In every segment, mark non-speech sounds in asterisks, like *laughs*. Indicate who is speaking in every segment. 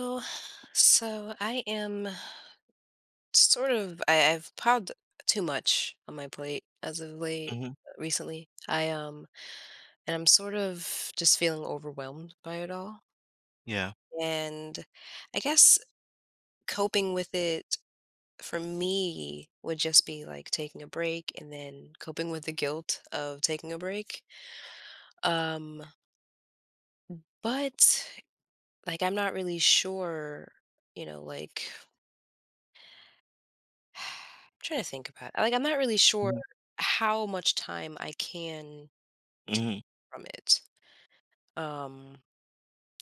Speaker 1: Oh, so I am sort of I, I've piled too much on my plate as of late
Speaker 2: Mhm.
Speaker 1: recently. I and I'm sort of just feeling overwhelmed by it all.
Speaker 2: Yeah.
Speaker 1: And I guess coping with it for me would just be like taking a break and then coping with the guilt of taking a break. Um, but like, I'm not really sure, like I'm trying to think about, like, I'm not really sure
Speaker 2: Mhm.
Speaker 1: how much time I can
Speaker 2: Mhm.
Speaker 1: from it. Um,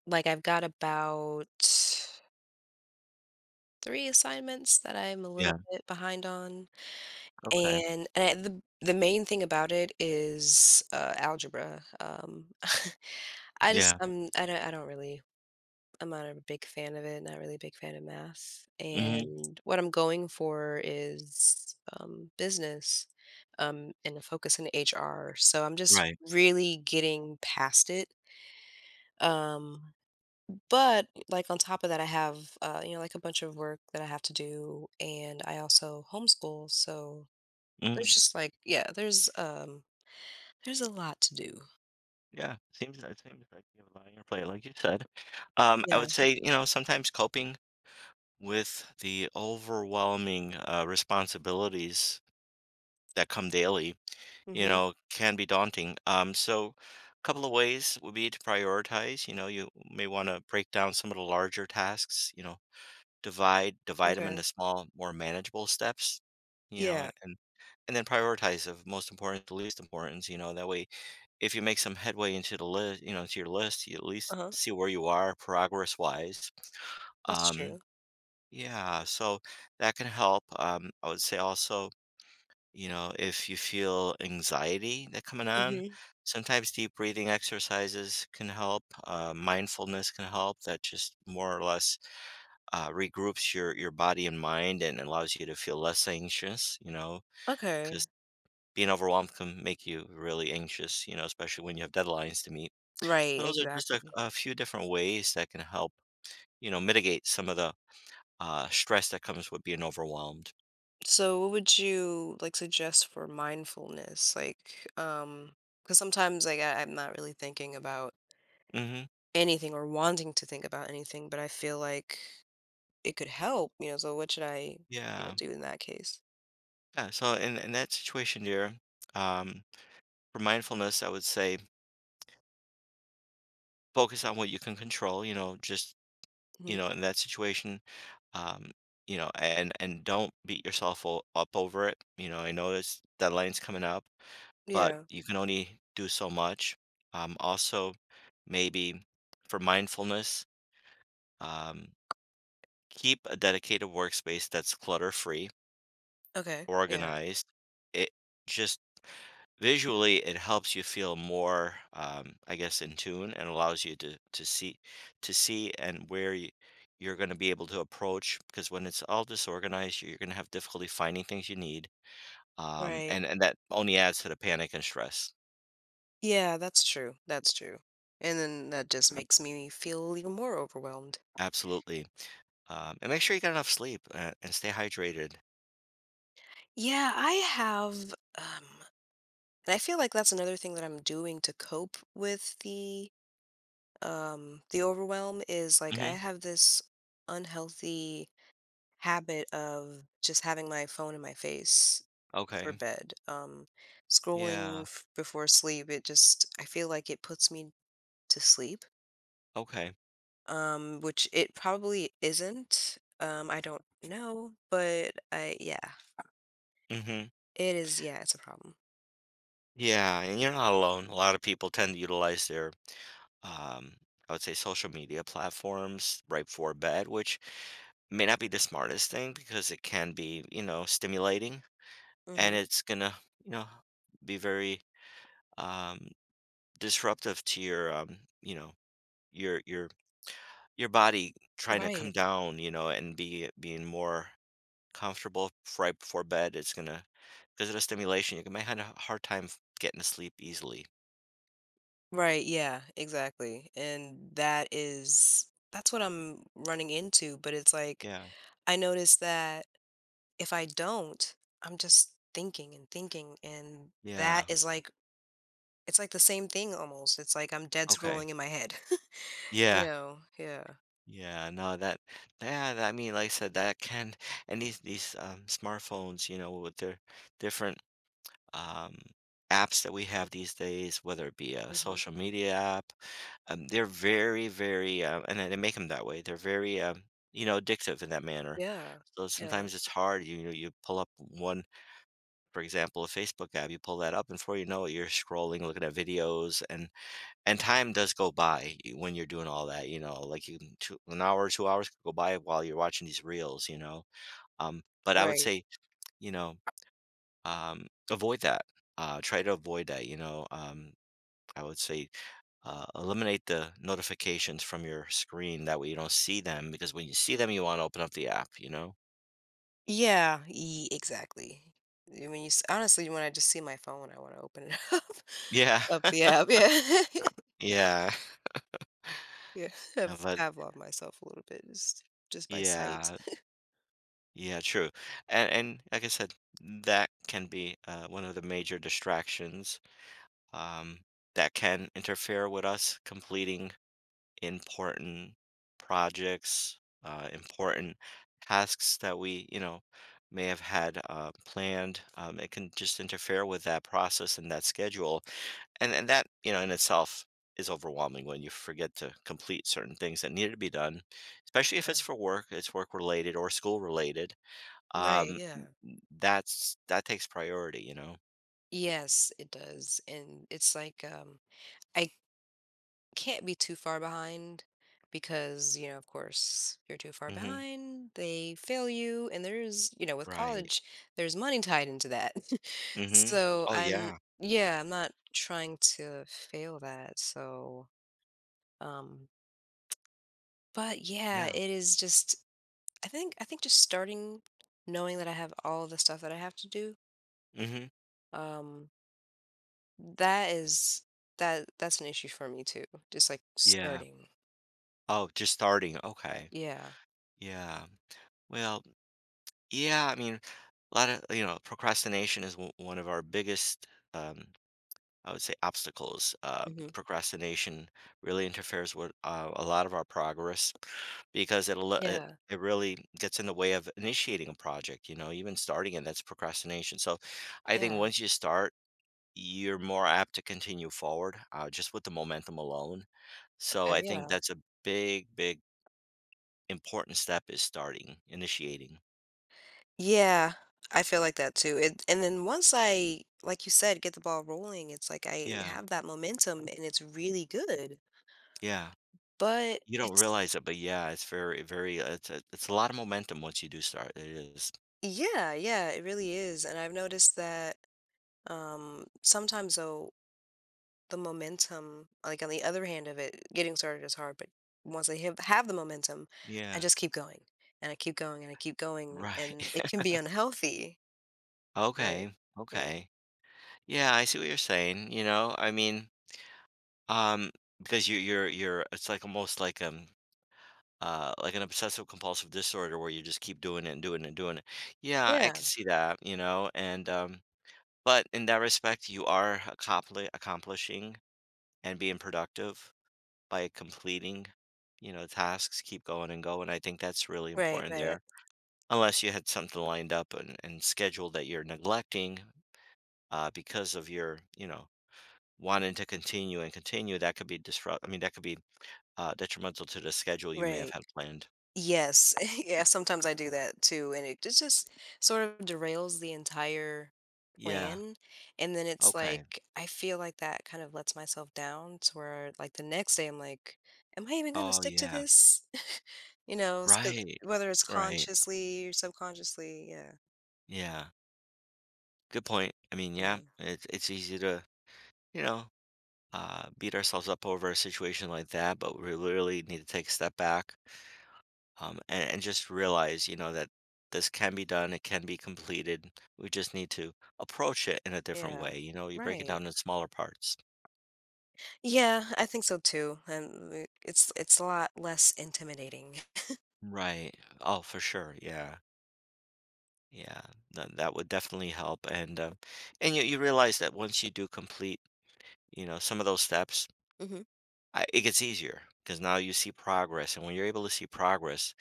Speaker 1: like I've got about 3 assignments that I'm a little
Speaker 2: Yeah.
Speaker 1: bit behind on,
Speaker 2: Okay.
Speaker 1: and I, the main thing about it is, algebra. *laughs* I just,
Speaker 2: Yeah.
Speaker 1: I don't really— I'm not a big fan of it, not really a big fan of math.
Speaker 2: Mhm.
Speaker 1: And what I'm going for is business, and a focus in HR. So I'm just
Speaker 2: Right.
Speaker 1: really getting past it. Um, but like on top of that, I have, you know, like a bunch of work that I have to do. And I also homeschool. So
Speaker 2: Mhm.
Speaker 1: there's just like, yeah, there's a lot to do.
Speaker 2: Yeah. Seems like you have a lot on your plate, like you said. I
Speaker 1: Yeah.
Speaker 2: would say, you know, sometimes coping with the overwhelming responsibilities that come daily, you
Speaker 1: Hmm.
Speaker 2: know, can be daunting. So a couple of ways would be to prioritize. You know, you may want to break down some of the larger tasks, you know, divide them into
Speaker 1: Okay.
Speaker 2: small, more manageable steps, you know,
Speaker 1: Yeah.
Speaker 2: and then prioritize of most important to least importance, you know, that way, if you make some headway into the list, you know, to your list, you at least
Speaker 1: Uh huh.
Speaker 2: see where you are progress-wise.
Speaker 1: That's
Speaker 2: Um,
Speaker 1: true.
Speaker 2: yeah, so that can help. I would say also, you know, if you feel anxiety that coming on,
Speaker 1: Hmm.
Speaker 2: sometimes deep breathing exercises can help, mindfulness can help, that just more or less regroups your body and mind and allows you to feel less anxious, you know,
Speaker 1: Okay.
Speaker 2: because being overwhelmed can make you really anxious, you know, especially when you have deadlines to meet. So
Speaker 1: Right.
Speaker 2: those are just
Speaker 1: Exactly.
Speaker 2: a few different ways that can help, you know, mitigate some of the stress that comes with being overwhelmed.
Speaker 1: So what would you like suggest for mindfulness? Like, because sometimes like I'm not really thinking about
Speaker 2: Hmm.
Speaker 1: anything or wanting to think about anything, but I feel like it could help, you know. So what should I, you know,
Speaker 2: Yeah.
Speaker 1: do in that case?
Speaker 2: Yeah. So in that situation, dear, um, for mindfulness, I would say focus on what you can control, you know, just, you
Speaker 1: Hmm.
Speaker 2: know, in that situation, um, you know, and don't beat up over it. You know, I know this deadline's coming up, but
Speaker 1: Yeah.
Speaker 2: you can only do so much. Also, maybe for mindfulness, um, keep a dedicated workspace that's clutter free,
Speaker 1: Okay. Yeah.
Speaker 2: organized. It just visually it helps you feel more I guess in tune and allows you to to see and where you, you're going to be able to approach because when it's all disorganized you're going to have difficulty finding things you need
Speaker 1: Right.
Speaker 2: and that only adds to the panic and stress
Speaker 1: Yeah, that's true. That's true. And then that just makes me feel even more overwhelmed.
Speaker 2: absolutely and make sure you get enough sleep and stay hydrated.
Speaker 1: Yeah, I have, um, and I feel like that's another thing that I'm doing to cope with the overwhelm is like I
Speaker 2: Hmm.
Speaker 1: have this unhealthy habit of just having my phone in my face for
Speaker 2: Okay.
Speaker 1: bed.
Speaker 2: Yeah.
Speaker 1: Before sleep, it just, I feel like it puts me to sleep,
Speaker 2: Okay.
Speaker 1: which it probably isn't. I don't know, but I, yeah,
Speaker 2: Hmm.
Speaker 1: it is, yeah, it's a problem.
Speaker 2: Yeah, and you're not alone, a lot of people tend to utilize their um, I would say social media platforms right before bed, which may not be the smartest thing because it can be, you know, stimulating and
Speaker 1: Hmm.
Speaker 2: it's gonna, you know, be very um, disruptive to your, you know, your your your body trying to come
Speaker 1: Right.
Speaker 2: down, you know, and be being more comfortable right before bed. It's gonna because of the stimulation, you might have a hard time getting to sleep easily.
Speaker 1: Right, yeah, exactly. And that is that's what I'm running into, but it's like
Speaker 2: Yeah.
Speaker 1: I noticed that if I don't, I'm just thinking and thinking, and that
Speaker 2: Yeah.
Speaker 1: is like it's like the same thing almost. It's like I'm dead
Speaker 2: Okay.
Speaker 1: scrolling in my head, *laughs* you
Speaker 2: Yeah.
Speaker 1: know? Yeah.
Speaker 2: Yeah, no, that, yeah, that- I mean, like I said, that can, and these smartphones, you know, with their different um, apps that we have these days, whether it be a
Speaker 1: Mhm.
Speaker 2: social media app, they're very, very, and they make them that way. They're very, you know, addictive in that manner.
Speaker 1: Yeah.
Speaker 2: So
Speaker 1: Yeah.
Speaker 2: sometimes it's hard. You know, you pull up one, for example, a Facebook app. You pull that up, and before you know it, you're scrolling, looking at videos, and time does go by when you're doing all that, you know, like, you can 2 hours could go by while you're watching these reels, you know? But I would
Speaker 1: Right.
Speaker 2: say, you know, avoid that. Try to avoid that, you know? I would say, eliminate the notifications from your screen, that way you don't see them, because when you see them, you wanna open up the app, you know?
Speaker 1: Yeah, ye exactly. I mean, you s honestly, when I just see my phone, I wanna open it *laughs*
Speaker 2: Yeah.
Speaker 1: up the
Speaker 2: *laughs*
Speaker 1: app, yeah. *laughs*
Speaker 2: Yeah. *laughs*
Speaker 1: Yeah,
Speaker 2: Uh,
Speaker 1: I've
Speaker 2: but
Speaker 1: Pavlov myself a little bit just by sight.
Speaker 2: yeah. Yeah, true. And like I said, that can be, one of the major distractions um, that can interfere with us completing important projects, important tasks that we, you know, may have had planned. It can just interfere with that process and that schedule, and that you know in itself is overwhelming when you forget to complete certain things that needed to be done, especially if
Speaker 1: Yeah.
Speaker 2: it's for work, it's work related or school related.
Speaker 1: Right,
Speaker 2: Um,
Speaker 1: yeah.
Speaker 2: that's that takes priority, you know.
Speaker 1: Yes, it does, and it's like, I can't be too far behind because, you know, of course if you're too far
Speaker 2: Hmm.
Speaker 1: behind they fail you and there's, you know, with
Speaker 2: Right.
Speaker 1: college there's money tied into that. *laughs*
Speaker 2: Hmm.
Speaker 1: So
Speaker 2: Oh
Speaker 1: I'm,
Speaker 2: yeah.
Speaker 1: yeah, I'm not trying to fail that. So, um, but yeah,
Speaker 2: Yeah.
Speaker 1: it is just— I think just starting, knowing that I have all the stuff that I have to do,
Speaker 2: Mhm.
Speaker 1: um, that is, that's an issue for me too, just like
Speaker 2: Yeah.
Speaker 1: starting.
Speaker 2: Oh, just starting. Okay.
Speaker 1: Yeah.
Speaker 2: Yeah. Well, yeah, I mean, a lot of, you know, procrastination is one of our biggest, um, I would say, obstacles.
Speaker 1: Hmm.
Speaker 2: Procrastination really interferes with a lot of our progress because it'll, it, al- it
Speaker 1: Yeah.
Speaker 2: it really gets in the way of initiating a project. You know, even starting it, that's procrastination. So, I think
Speaker 1: Yeah.
Speaker 2: once you start, you're more apt to continue forward just with the momentum alone. So, I
Speaker 1: Okay,
Speaker 2: think
Speaker 1: yeah.
Speaker 2: that's a big, important step is starting, initiating.
Speaker 1: Yeah, I feel like that too. It, and then once I, like you said, get the ball rolling, it's like I
Speaker 2: Yeah,
Speaker 1: have that momentum and it's really good.
Speaker 2: yeah.
Speaker 1: But
Speaker 2: You don't
Speaker 1: it's,
Speaker 2: realize it, but yeah, it's very, very, it's it's a lot of momentum once you do start. It is.
Speaker 1: yeah, yeah, it really is. And I've noticed that, sometimes though, the momentum, like on the other hand of it, getting started is hard, but once I have the momentum, I
Speaker 2: Yeah.
Speaker 1: just keep going and I keep going and I keep going, and
Speaker 2: Right.
Speaker 1: it can
Speaker 2: *laughs*
Speaker 1: be unhealthy. Right.
Speaker 2: Okay.
Speaker 1: Yeah.
Speaker 2: Okay. Yeah, I see what you're saying. You know, I mean, um, because you're it's like almost like an obsessive compulsive disorder where you just keep doing it and doing it and doing it. Yeah, I
Speaker 1: Yeah,
Speaker 2: can see that, you know, and but in that respect you are accomplishing and being productive, by completing, you know, tasks, keep going and going. I think that's really
Speaker 1: right,
Speaker 2: important
Speaker 1: right,
Speaker 2: there. Unless you had something lined up and scheduled that you're neglecting because of your, you know, wanting to continue and continue, that could be disrupt. I mean, that could be detrimental to the schedule you may have
Speaker 1: right.
Speaker 2: had planned.
Speaker 1: Yes. *laughs* Yeah, sometimes I do that too, and it just sort of derails the entire
Speaker 2: Yeah.
Speaker 1: plan, and then it's
Speaker 2: Okay.
Speaker 1: like, I feel like that kind of lets myself down to where, like, the next day I'm like, "Am I even gonna
Speaker 2: Oh,
Speaker 1: stick to
Speaker 2: yeah.
Speaker 1: this?" *laughs* You know, s 'cause
Speaker 2: Right.
Speaker 1: whether it's
Speaker 2: Right.
Speaker 1: consciously or subconsciously, yeah,
Speaker 2: Yeah. Good point. I mean, yeah,
Speaker 1: yeah,
Speaker 2: it's easy to, you know, beat ourselves up over a situation like that, but we really need to take a step back and just realize, you know, that this can be done, it can be completed. We just need to approach it in a different
Speaker 1: yeah.
Speaker 2: way. You know, you break it
Speaker 1: Right.
Speaker 2: down in smaller parts.
Speaker 1: Yeah, I think so too, and, it's a lot less intimidating.
Speaker 2: Right. Oh, for sure. Yeah. Yeah. That that would definitely help. And you you realize that once you do complete, you know, some of those steps,
Speaker 1: *laughs*
Speaker 2: I, it gets easier because now you see progress. And when you're able to see progress,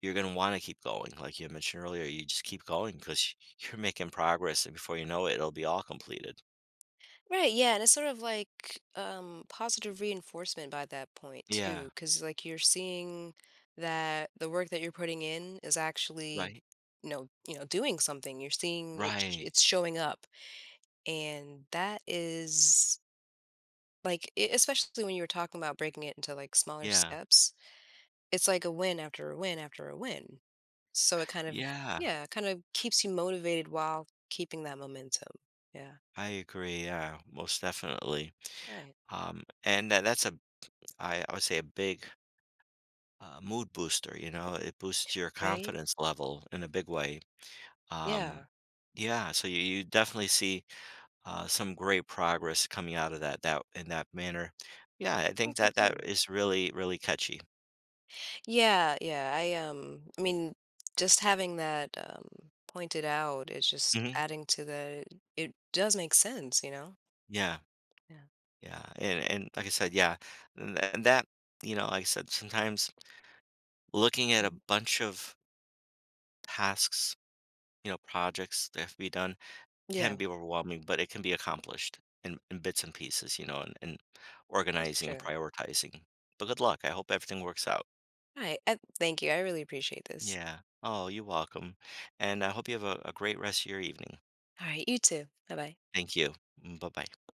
Speaker 2: you're gonna want to keep going. Like you mentioned earlier, you just keep going because *laughs* you're making progress, and before you know it, it'll be all completed.
Speaker 1: Right, yeah, and it's sort of like, um, positive reinforcement by that point
Speaker 2: Yeah.
Speaker 1: too, because like you're seeing that the work that you're putting in is actually,
Speaker 2: Right.
Speaker 1: you know, doing something. You're seeing
Speaker 2: Right.
Speaker 1: it's showing up. And that is like especially when you were talking about breaking it into like smaller
Speaker 2: Yeah.
Speaker 1: steps, it's like a win after a win after a win. So it kind of,
Speaker 2: Yeah.
Speaker 1: yeah, kind of keeps you motivated while keeping that momentum. Yeah.
Speaker 2: I agree. Yeah. Most definitely.
Speaker 1: Right.
Speaker 2: And that, I would say a big mood booster, you know, it boosts your
Speaker 1: Right?
Speaker 2: confidence level in a big way. Um,
Speaker 1: Yeah.
Speaker 2: yeah. So you definitely see some great progress coming out of that, that in that manner. Yeah. I
Speaker 1: I
Speaker 2: think
Speaker 1: think so
Speaker 2: that that
Speaker 1: too.
Speaker 2: is really, really catchy.
Speaker 1: Yeah, yeah. I I mean just having that, um, pointed out is just
Speaker 2: Hmm.
Speaker 1: adding to the— it does make sense, you know?
Speaker 2: Yeah.
Speaker 1: Yeah.
Speaker 2: Yeah. And like I said, yeah. And that, you know, like I said, sometimes looking at a
Speaker 1: Mhm.
Speaker 2: bunch of tasks, you know, projects that have to be done
Speaker 1: Yeah,
Speaker 2: can be overwhelming, but it can be accomplished in bits and pieces, you know, and
Speaker 1: that's
Speaker 2: organizing and
Speaker 1: true.
Speaker 2: prioritizing. But good luck. I hope everything works out.
Speaker 1: All right. I, thank you. I really appreciate this.
Speaker 2: Yeah. Oh, you're welcome. And I hope you have a great rest of your evening.
Speaker 1: All right, you too. Bye bye.
Speaker 2: Thank you. Bye bye.